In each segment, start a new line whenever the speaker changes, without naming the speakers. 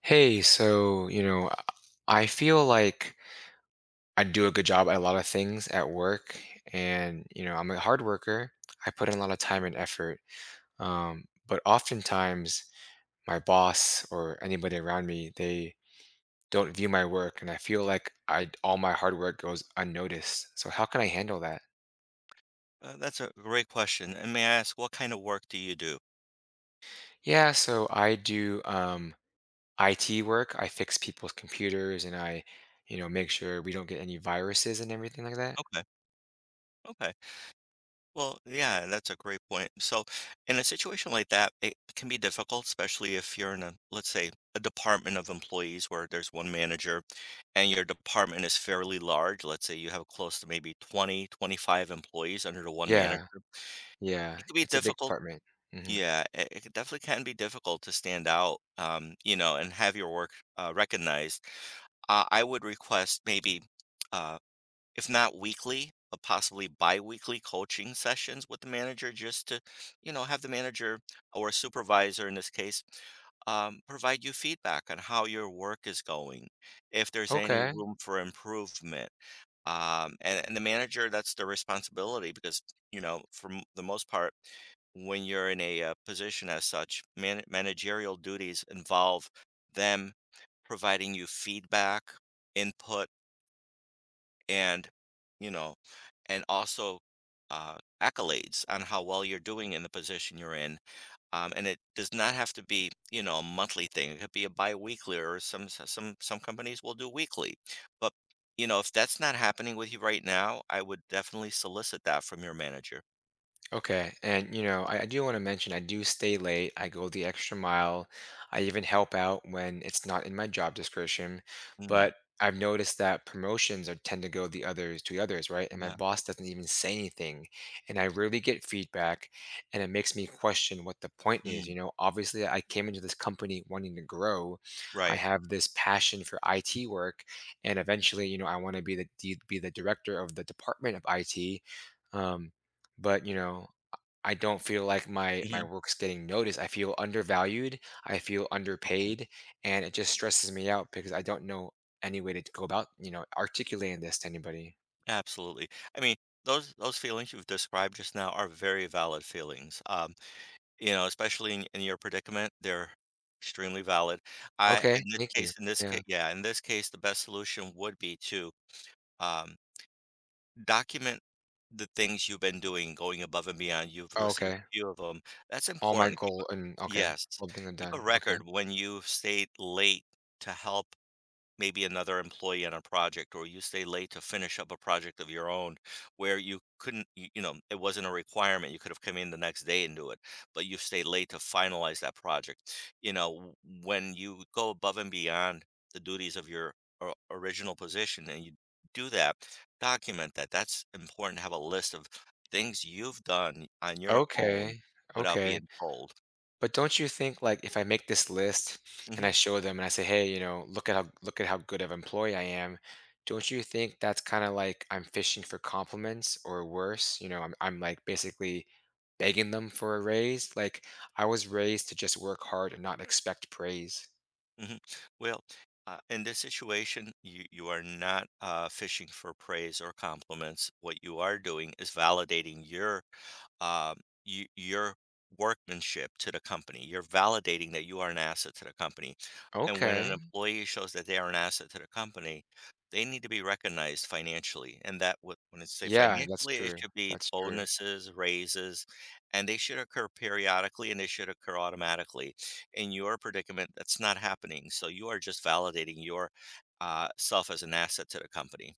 Hey, I feel like I do a good job at a lot of things at work and, I'm a hard worker. I put in a lot of time and effort. But oftentimes my boss or anybody around me, they don't view my work and I feel like I all my hard work goes unnoticed. So how can I handle that?
That's a great question. And may I ask, what kind of work do you do?
Yeah, so I do IT work. I fix people's computers and I make sure we don't get any viruses and everything like that.
Okay. Okay. Well, yeah, that's a great point. So, in a situation like that, it can be difficult, especially if you're in a, let's say, a department of employees where there's one manager and your department is fairly large. Let's say you have close to maybe 20, 25 employees under the one
Yeah.
manager.
Yeah,
It could be
it's a big
difficult.
apartment. Mhm.
Yeah, it definitely can be difficult to stand out, you know, and have your work recognized. I would request maybe. Uh, if not weekly, but possibly bi-weekly coaching sessions with the manager just to, you know, have the manager or a supervisor in this case, provide you feedback on how your work is going, if there's any
Okay.
room for improvement. And the manager, that's their responsibility because, you know, for the most part, when you're in a position as such, managerial duties involve them providing you feedback, input, and you know, and also accolades on how well you're doing in the position you're in. And it does not have to be, you know, a monthly thing. It could be a bi-weekly, or some companies will do weekly. But you know, if that's not happening with you right now, I would definitely solicit that from your manager.
Okay. And, I do want to mention I do stay late. I go the extra mile. I even help out when it's not in my job description.
Mm,
But I've noticed that promotions are tend to go the others to the others, right? And my
yeah.
boss doesn't even say anything. And I rarely get feedback. And it makes me question what the point is.
Mm,
You know, obviously I came into this company wanting to grow. I
right.
have this passion for IT work. And eventually, I want to be the director of the department of IT. Um, but I don't feel like my
Mhm.
work's getting noticed. I feel undervalued. I feel
Okay.
underpaid, and it just stresses me out because I don't know any way to go about, articulating this to anybody.
Absolutely. I mean, those feelings you've described just now are very valid feelings. You know, especially in your predicament, they're extremely valid. I
Okay, thank you.
in this
Yeah.
case, yeah, in this case, the best solution would be to, um, document the things you've been doing, going above and beyond. You've
Oh,
listed a
okay.
few of them. That's
All my
important. Keep a
goal and okay,
yes.
one thing I'm
Keep a
done. Okay.
record when you've stayed late to help maybe another employee on a project, or you stay late to finish up a project of your own where you couldn't you know, it wasn't a requirement, you could have come in the next day and do it, but you stayed late to finalize that project. You know, when you go above and beyond the duties of your original position, and you do that, document that. That's important. Have a list of things you've done on your own
Okay.
without
Okay.
being told.
But don't you think like if I make this list and I
Hmm.
show them and I say, "Hey, you know, look at how good of employee I am," don't you think that's kind of like I'm fishing for compliments or worse? I'm like basically begging them for a raise. Like I was raised to just work hard and not expect praise.
Hmm. Well, in this situation, you are not fishing for praise or compliments. What you are doing is validating your um, your workmanship to the company. You're validating that you are an asset to the company. And when
Okay.
an employee shows that they are an asset to the company, they need to be recognized financially. And that would, when it's say
Yeah, that's
financially, it
true.
should be
That's true.
bonuses, raises, and they should occur periodically and they should occur automatically. In your predicament, that's not happening. So you are just validating your self as an asset to the company.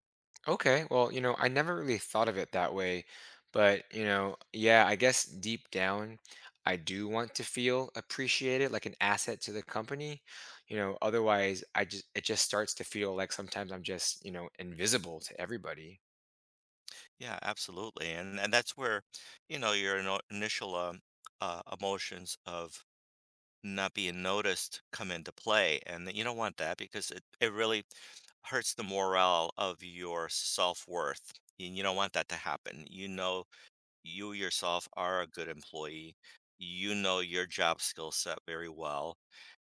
Okay, well, I never really thought of it that way, but yeah, I guess deep down, I do want to feel appreciated, like an asset to the company. You know, otherwise, I just it just starts to feel like sometimes I'm just, invisible to everybody.
Yeah, absolutely. And that's where, you know, your initial emotions of not being noticed come into play, and you don't want that because it really hurts the morale of your self worth. And you don't want that to happen. You know, you yourself are a good employee. You know your job skill set very well.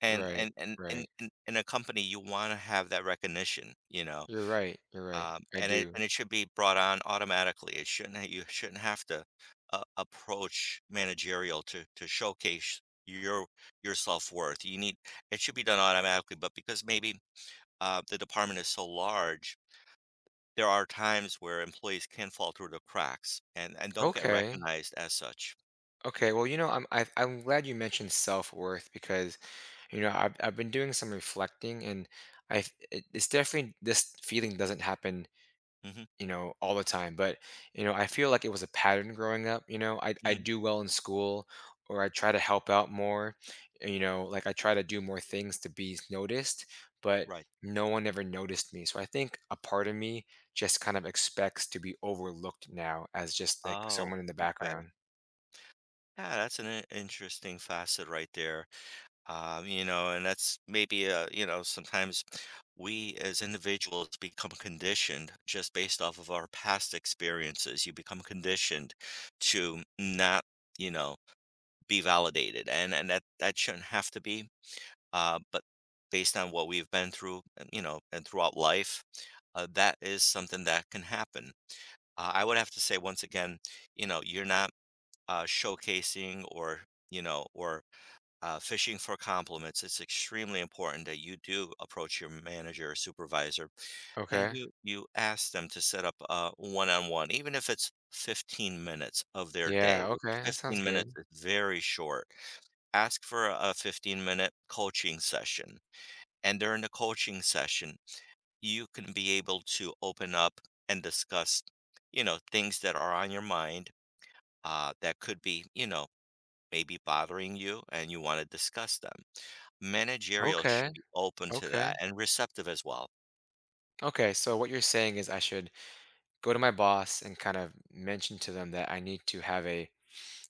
And
Right,
and and and
right.
and in a company, you wanna have that recognition, you know?
You're right. You're right. I do.
And it should be brought on automatically. It shouldn't ha You shouldn't have to a approach managerial to showcase your your self-worth. You need it should be done automatically, but because maybe, the department is so large, there are times where employees can fall through the cracks and don't get
Okay.
recognized as such.
Okay. Well, I'm glad you mentioned self-worth because, I've been doing some reflecting and I it's definitely this feeling doesn't happen,
Mhm.
all the time. But, I feel like it was a pattern growing up, you know. I
Mhm.
do well in school or I try to help out more, like I try to do more things to be noticed, but
Right.
no one ever noticed me. So I think a part of me just kind of expects to be overlooked now as just like
Oh,
someone in the
okay.
background.
Yeah, that's an I interesting facet right there. You know, and that's maybe, you know, sometimes we as individuals become conditioned just based off of our past experiences. You become conditioned to not, you know, be validated, and and that shouldn't have to be. But based on what we've been through, and, you know, and throughout life, that is something that can happen. I would have to say once again, you know, you're not showcasing or you know, or fishing for compliments. It's extremely important that you do approach your manager or supervisor, and
Okay.
you ask them to set up a one-on-one, even if it's 15 minutes of their day.
Yeah,
Which
okay. That sounds
15 minutes
good.
is very short. Ask for a 15-minute coaching session. And during the coaching session, you can be able to open up and discuss, you know, things that are on your mind. That could be, you know, may be bothering you and you want to discuss them. Managerial
Okay.
should be open to
Okay.
that and receptive as well.
Okay, so what you're saying is I should go to my boss and kind of mention to them that I need to have a,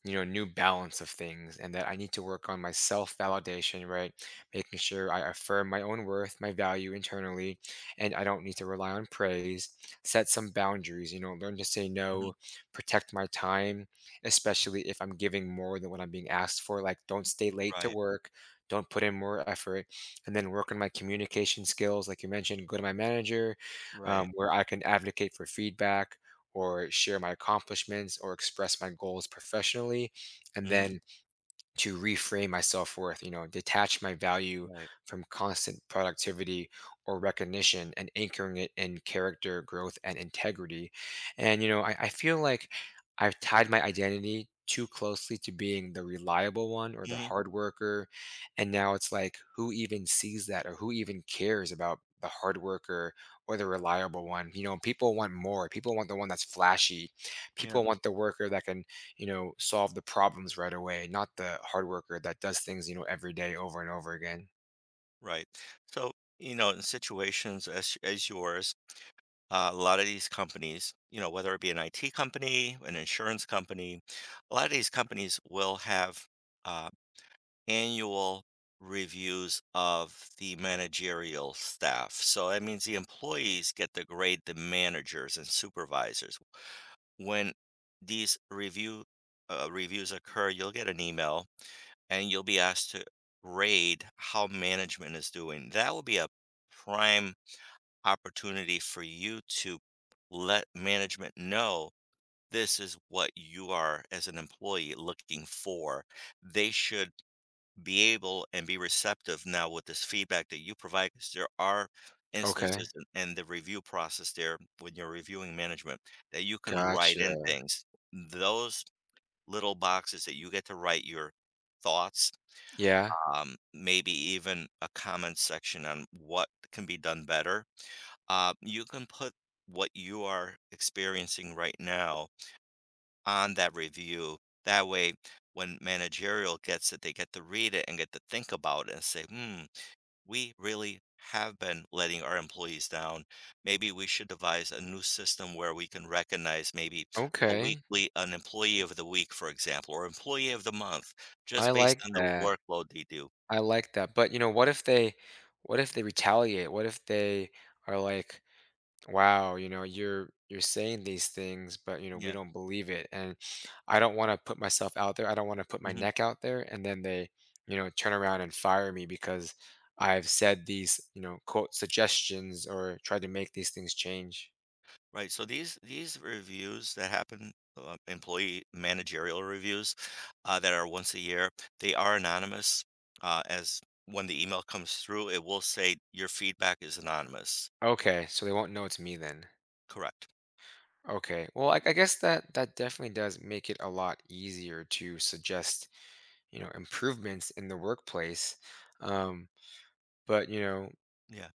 new balance of things and that I need to work on my self validation, right? Making sure I affirm my own worth, my value internally, and I don't need to rely on praise. Set some boundaries, learn to say no,
Mhm.
protect my time, especially if I'm giving more than what I'm being asked for. Like, don't stay late to
Right,
work, don't put in more effort, and then work on my communication skills. Like you mentioned, go to my manager,
right.
where I can advocate for feedback or share my accomplishments or express my goals professionally. And
Hmm.
then to reframe my self worth, detach my value
Right.
from constant productivity or recognition and anchoring it in character, growth, and integrity. And, I feel like I've tied my identity too closely to being the reliable one or the
Hmm.
hard worker. And now it's like, who even sees that or who even cares about the hard worker or the reliable one? You know, people want more. People want the one that's flashy.
Yeah,
People want the worker that can, solve the problems right away, not the hard worker that does things, every day over and over again.
right. So, you know, in situations as yours, a lot of these companies, you know, whether it be an IT company, an insurance company, a lot of these companies will have uh, annual reviews of the managerial staff. So that means the employees get to grade the managers and supervisors. When these review reviews occur, you'll get an email and you'll be asked to grade how management is doing. That will be a prime opportunity for you to let management know this is what you are as an employee looking for. They should be able and be receptive now with this feedback that you provide, because there are
Okay.
instances in the review process there when you're reviewing management that you can write in
Gotcha.
things, those little boxes that you get to write your thoughts,
Yeah.
maybe even a comment section on what can be done better. Uh, you can put what you are experiencing right now on that review. That way, when managerial gets it, they get to read it and get to think about it and say, hmm, we really have been letting our employees down. Maybe we should devise a new system where we can recognize maybe a
Okay.
weekly, an employee of the week, for example, or employee of the month, just
I
based
like
on
that.
the workload they do.
I like that. But, you know, what if they retaliate? What if they are like, wow, you know, you're saying these things, but you know, we
Yeah.
don't believe it. And I don't want to put my
Mm-hmm.
neck out there, and then they, you know, turn around and fire me because I've said these, you know, quote suggestions or tried to make these things change.
Right, so these reviews that happen, employee managerial reviews, that are once a year, they are anonymous. As when the email comes through, it will say your feedback is anonymous.
Okay, so they won't know it's me then.
Correct.
Okay, well I guess that that definitely does make it a lot easier to suggest, improvements in the workplace. um but you know,
Yeah.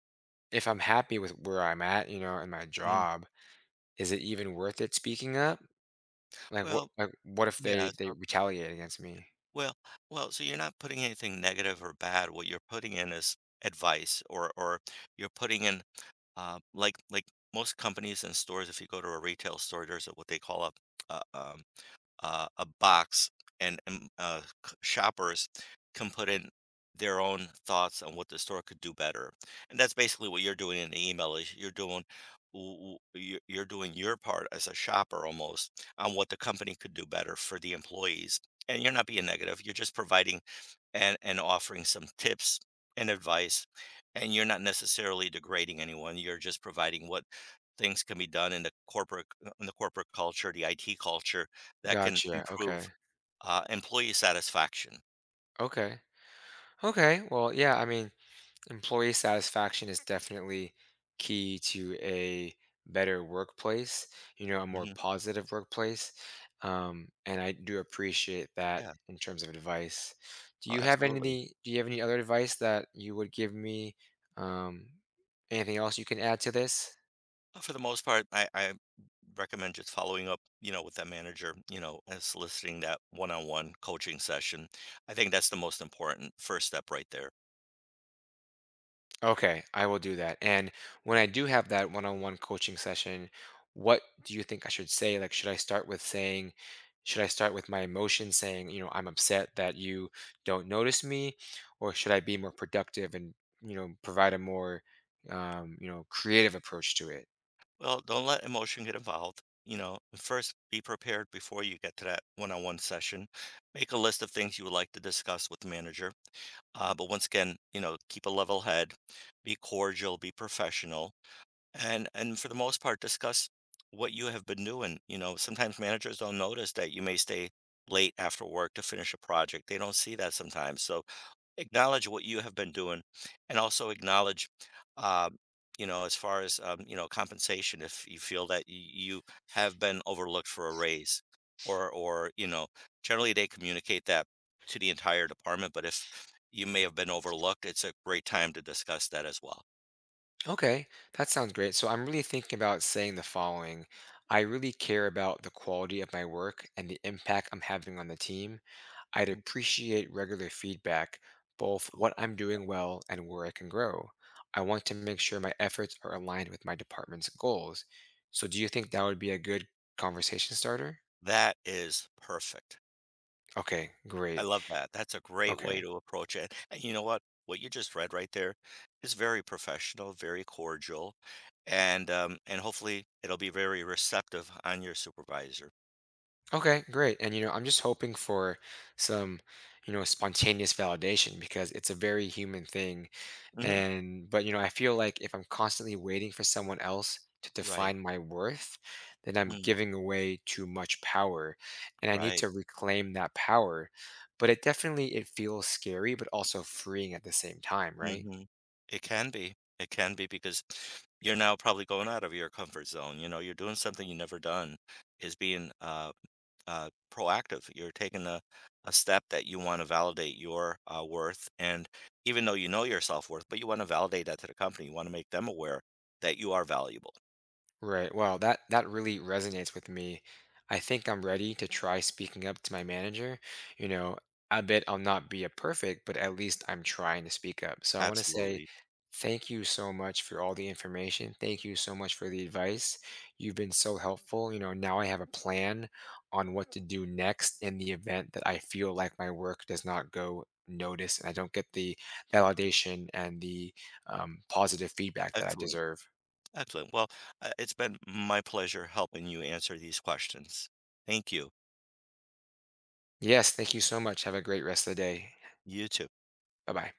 if I'm happy with where I'm at, you know, in my
Mhm.
job. Is it even worth it speaking up?
Well,
Like, what if
yeah.
they they
So,
retaliate against me?
well, well. So you're not putting anything negative or bad. What you're putting in is advice, or you're putting in, like most companies and stores. If you go to a retail store, there's a, what they call a, a um, a box, and, shoppers can put in their own thoughts on what the store could do better. And that's basically what you're doing in the email, is you're doing you're doing your part as a shopper almost on what the company could do better for the employees. And you're not being negative. You're just providing and offering some tips and advice, and you're not necessarily degrading anyone. You're just providing what things can be done in the corporate, in the corporate culture, the IT culture, that can
Gotcha,
improve,
okay.
employee satisfaction.
Okay. Okay, well, yeah, I mean, employee satisfaction is definitely key to a better workplace, you know, a more
Mhm.
positive workplace, and I do appreciate that
Yeah.
in terms of advice. Do
Oh,
you have any
absolutely.
do you have any other advice that you would give me? Um, anything else you can add to this?
For the most part, I recommend just following up, you know, with that manager, you know, and soliciting that one-on-one coaching session. I think that's the most important first step right there.
Okay, I will do that. And when
Yeah.
I do have that one-on-one coaching session, what do you think I should say? Should I start with my emotions saying, you know, I'm upset that you don't notice me, or should I be more productive and, you know, provide a more, creative approach to it?
Well, don't let emotion get involved, you know. First, be prepared before you get to that one-on-one session. Make a list of things you would like to discuss with the manager. But once again, you know, keep a level head, be cordial, be professional. And for the most part, discuss what you have been doing. You know, sometimes managers don't notice that you may stay late after work to finish a project. They don't see that sometimes, so acknowledge what you have been doing. And also acknowledge, um, you know, as far as, you know, compensation, if you feel that you have been overlooked for a raise, or you know, generally they communicate that to the entire department, but if you may have been overlooked, it's a great time to discuss that as well.
Okay, that sounds great. So I'm really thinking about saying the following. I really care about the quality of my work and the impact I'm having on the team. I'd appreciate regular feedback, both what I'm doing well and where I can grow. I want to make sure my efforts are aligned with my department's goals. So, do you think that would be a good conversation starter?
That is perfect.
Okay,
I
great.
love that. That's a great way
Okay.
to approach it. And you know what? What you just read right there is very professional, very cordial, and hopefully it'll be very receptive on your supervisor.
Okay, great. And you know, I'm just hoping for some, you know, spontaneous validation because it's a very human thing.
Hmm.
And but you know, I feel like if I'm constantly waiting for someone else to
Right.
define my worth, then I'm
Mm,
giving away too much power and I need
right.
to reclaim that power. But it definitely it feels scary but also freeing at the same time, right?
Hmm. It can be. It can be because you're now probably going out of your comfort zone. You know, you're doing something you never done, is being proactive. You're taking a step that you want to validate your worth. And even though you know your self worth, but you want to validate that to the company, you want to make them aware that you are valuable.
Right. Wow, that that really resonates with me. I think I'm ready to try speaking up to my manager. You know, I bet I'll not be a perfect, but at least I'm trying to speak up. So I want to say
Absolutely.
thank you so much for all the information. Thank you so much for the advice. You've been so helpful. You know, now I have a plan on what to do next in the event that I feel like my work does not go noticed and I don't get the validation and the, positive feedback that I
Excellent.
deserve.
Excellent. Well, it's been my pleasure helping you answer these questions. Thank you.
Yes, thank you so much. Have a great rest of the day.
You too.
Bye bye.